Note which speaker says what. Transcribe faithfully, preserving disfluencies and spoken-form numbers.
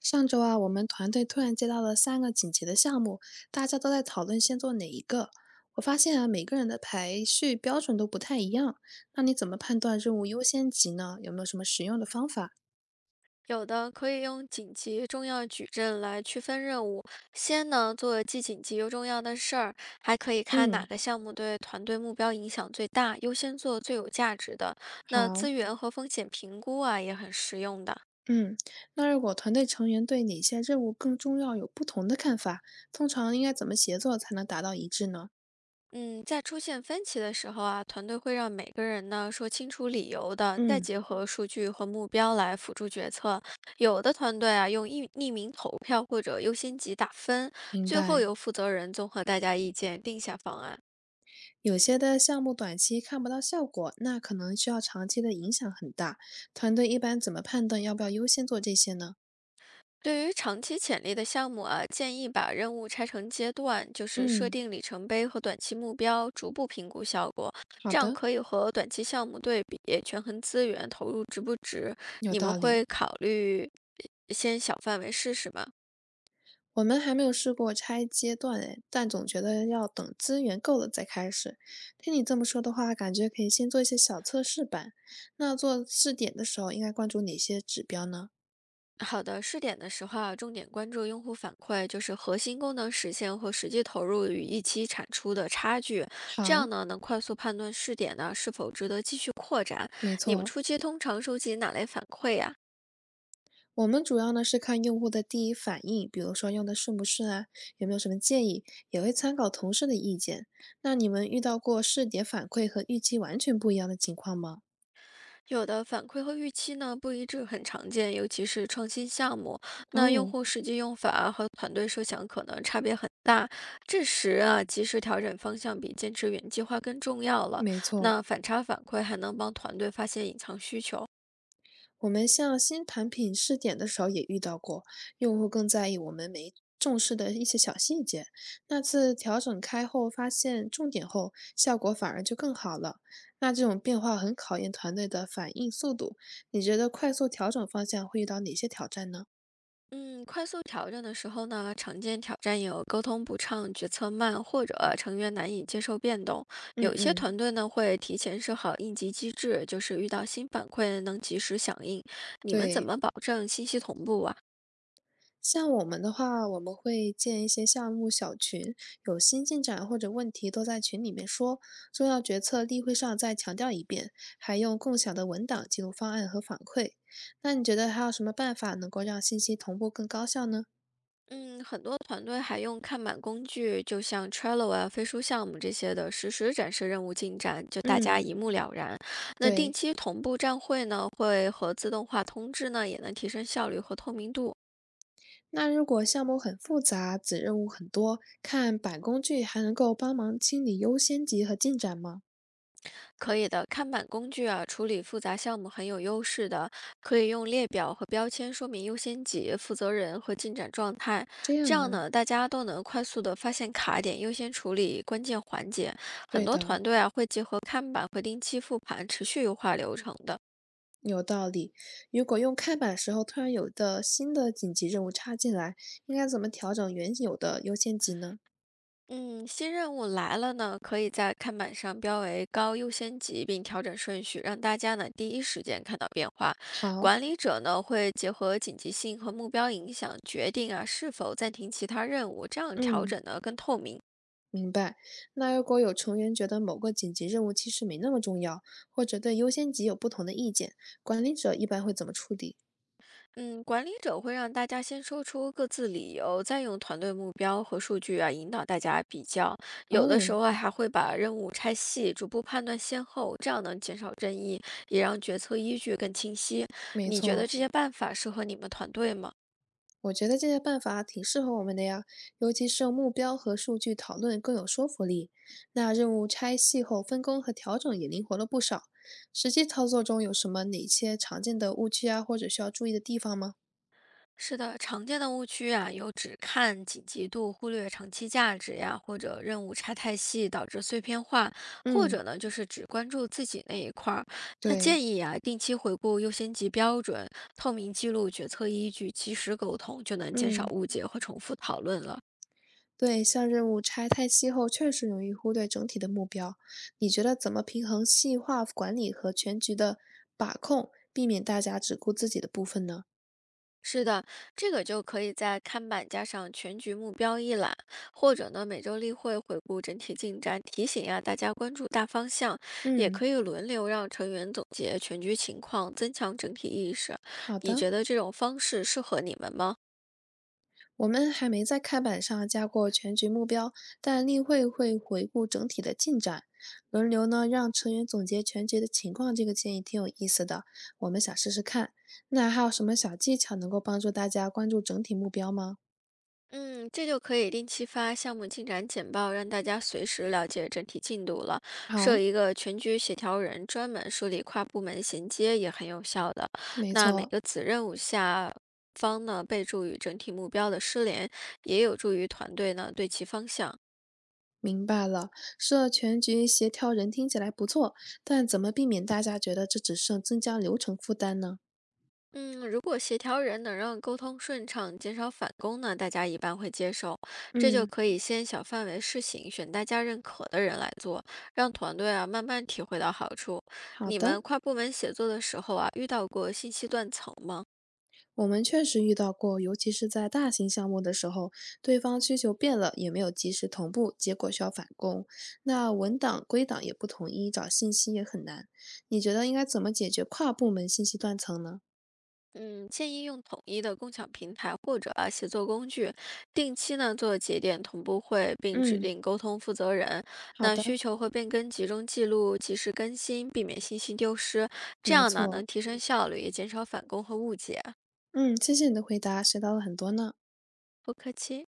Speaker 1: 上周啊，我们团队突然接到了三个紧急的项目，大家都在讨论先做哪一个。我发现啊，每个人的排序标准都不太一样。那你怎么判断任务优先级呢？有没有什么实用的方法？
Speaker 2: 有的可以用紧急、重要矩阵来区分任务，先呢做既紧急又重要的事儿，还可以看哪
Speaker 1: 嗯，
Speaker 2: 个项目对团队目标影响最大，优先做最有价值的。那
Speaker 1: 好，
Speaker 2: 资源和风险评估啊也很实用的。
Speaker 1: 嗯，那如果团队成员对哪些任务更重要有不同的看法，通常应该怎么协作才能达到一致呢？
Speaker 2: 嗯，在出现分歧的时候啊，团队会让每个人呢说清楚理由的，再
Speaker 1: 嗯，
Speaker 2: 结合数据和目标来辅助决策。有的团队啊用匿匿名投票或者优先级打分，
Speaker 1: 明
Speaker 2: 最后
Speaker 1: 白。
Speaker 2: 由负责人综合大家意见定下方案。
Speaker 1: 有些的项目短期看不到效果，那可能需要长期的影响很大。团队一般怎么判断要不要优先做这些呢？
Speaker 2: 对于长期潜力的项目啊，建议把任务拆成阶段，就是设
Speaker 1: 嗯，
Speaker 2: 定里程碑和短期目标，逐步评估效果。
Speaker 1: 好
Speaker 2: 这样
Speaker 1: 的，
Speaker 2: 可以和短期项目对比，权衡资源投入值不值。
Speaker 1: 有
Speaker 2: 你们
Speaker 1: 道理。
Speaker 2: 会考虑呃先小范围试试吗？
Speaker 1: 我们还没有试过拆阶段诶，但总觉得要等资源够了再开始。听你这么说的话，感觉可以先做一些小测试版。那做试点的时候，应该关注哪些指标呢？
Speaker 2: 好的，试点的时候啊，重点关注用户反馈，就是核心功能实现和实际投入与预期产出的差距，这
Speaker 1: 好，
Speaker 2: 样呢能快速判断试点呢是否值得继续扩展。
Speaker 1: 没
Speaker 2: 你们
Speaker 1: 错，
Speaker 2: 初期通常收集哪类反馈呀、
Speaker 1: 我们主要呢是看用户的第一反应，比如说用的顺不顺啊，有没有什么建议，也会参考同事的意见。那你们遇到过试点反馈和预期完全不一样的情况吗？
Speaker 2: 有的反馈和预期呢不一致很常见，尤其是创新项目，那用
Speaker 1: 哦，
Speaker 2: 户实际用法和团队设想可能差别很大。这时啊，及时调整方向比坚持原计划更重要了。
Speaker 1: 没错，
Speaker 2: 那反差反馈还能帮团队发现隐藏需求。
Speaker 1: 我们向新产品试点的时候也遇到过，用户更在意我们没重视的一些小细节。那次调整开后，发现重点后，效果反而就更好了。那这种变化很考验团队的反应速度。你觉得快速调整方向会遇到哪些挑战呢？
Speaker 2: 嗯，快速调整的时候呢，常见挑战有沟通不畅、决策慢，或者成员难以接受变动。
Speaker 1: 嗯
Speaker 2: 有一些
Speaker 1: 嗯，
Speaker 2: 团队呢会提前设好应急机制，就是遇到新反馈能及时响应。你们怎
Speaker 1: 对。
Speaker 2: 么保证信息同步啊？
Speaker 1: 像我们的话，我们会建一些项目小群，有新进展或者问题都在群里面说，重要决策例会上再强调一遍，还用共享的文档记录方案和反馈。那你觉得还有什么办法能够让信息同步更高效呢？
Speaker 2: 嗯，很多团队还用看板工具，就像 Trello 啊、飞书项目这些的，实时展示任务进展，就大
Speaker 1: 嗯，
Speaker 2: 家一目了然。那定
Speaker 1: 对。
Speaker 2: 期同步站会呢，会和自动化通知呢，也能提升效率和透明度。
Speaker 1: 那如果项目很复杂，子任务很多，看板工具还能够帮忙清理优先级和进展吗？
Speaker 2: 可以的，看板工具啊，处理复杂项目很有优势的，可以用列表和标签说明优先级、负责人和进展状态，
Speaker 1: 这
Speaker 2: 这
Speaker 1: 样
Speaker 2: 样
Speaker 1: 啊，
Speaker 2: 呢，大家都能快速的发现卡点，优先处理关键环节。很
Speaker 1: 对
Speaker 2: 多
Speaker 1: 的。
Speaker 2: 团队啊，会结合看板和定期复盘，持续优化流程的。
Speaker 1: 有道理。如果用开版时候突然有的新的紧急任务插进来，应该怎么调整原有的优先级呢？
Speaker 2: 嗯，新任务来了呢，可以在看板上标为高优先级，并调整顺序，让大家呢第一时间看到变化。
Speaker 1: 好，
Speaker 2: 管理者呢会结合紧急性和目标影响，决定啊是否暂停其他任务，这样调
Speaker 1: 嗯，
Speaker 2: 整呢更透明。
Speaker 1: 明白。那如果有成员觉得某个紧急任务其实没那么重要，或者对优先级有不同的意见，管理者一般会怎么处理？
Speaker 2: 嗯，管理者会让大家先说出各自理由，再用团队目标和数据啊引导大家比较。有的时
Speaker 1: 哦，
Speaker 2: 候啊还会把任务拆细，逐步判断先后，这样能减少争议，也让决策依据更清晰。
Speaker 1: 没
Speaker 2: 你觉得
Speaker 1: 错，
Speaker 2: 这些办法适合你们团队吗？
Speaker 1: 我觉得这些办法挺适合我们的呀，尤其是用目标和数据讨论更有说服力。那任务拆细后分工和调整也灵活了不少。实际操作中有什么哪些常见的误区啊，或者需要注意的地方吗？
Speaker 2: 是的，常见的误区啊，有只看紧急度，忽略长期价值呀，或者任务拆太细，导致碎片化，或
Speaker 1: 嗯，
Speaker 2: 者呢，就是只关注自己那一块儿。那
Speaker 1: 对，
Speaker 2: 建议啊，定期回顾优先级标准，透明记录决策依据，及时沟通，就能减少
Speaker 1: 嗯，
Speaker 2: 误解和重复讨论了。
Speaker 1: 对，像任务拆太细后，确实容易忽略整体的目标。你觉得怎么平衡细化管理和全局的把控，避免大家只顾自己的部分呢？
Speaker 2: 是的，这个就可以在看板加上全局目标一览，或者呢每周例会回顾整体进展，提醒呀大家关注大方向，也
Speaker 1: 嗯，
Speaker 2: 可以轮流让成员总结全局情况，增强整体意识。
Speaker 1: 好
Speaker 2: 你
Speaker 1: 的。
Speaker 2: 觉得这种方式适合你们吗？
Speaker 1: 我们还没在开板上加过全局目标，但例会会回顾整体的进展，轮流呢让成员总结全局的情况。这个建议挺有意思的，我们想试试看。那还有什么小技巧能够帮助大家关注整体目标吗？
Speaker 2: 嗯，这就可以定期发项目进展简报，让大家随时了解整体进度了。设
Speaker 1: 好，
Speaker 2: 一个全局协调人，专门梳理跨部门衔接也很有效的。
Speaker 1: 没
Speaker 2: 那每
Speaker 1: 错。
Speaker 2: 个子任务下方呢，备注与整体目标的失联，也有助于团队呢对齐方向。
Speaker 1: 明白了，设全局协调人听起来不错，但怎么避免大家觉得这只剩增加流程负担呢？
Speaker 2: 嗯，如果协调人能让沟通顺畅，减少返工呢，大家一般会接受。这就
Speaker 1: 嗯，
Speaker 2: 可以先小范围试行，选大家认可的人来做，让团队啊慢慢体会到好处。
Speaker 1: 好
Speaker 2: 你们
Speaker 1: 的。
Speaker 2: 跨部门协作的时候啊，遇到过信息断层吗？
Speaker 1: 我们确实遇到过，尤其是在大型项目的时候，对方需求变了，也没有及时同步，结果需要返工。那文档、归档也不统一，找信息也很难。你觉得应该怎么解决跨部门信息断层呢？
Speaker 2: 嗯，建议用统一的共享平台或者啊协作工具，定期呢做节点同步会，并指
Speaker 1: 嗯，
Speaker 2: 定沟通负责人。
Speaker 1: 好
Speaker 2: 那需
Speaker 1: 的，
Speaker 2: 求和变更集中记录，及时更新，避免信息丢失。这
Speaker 1: 没
Speaker 2: 样呢
Speaker 1: 错。
Speaker 2: 能提升效率，也减少返工和误解。
Speaker 1: 嗯，谢谢你的回答，学到了很多呢。
Speaker 2: 不客气。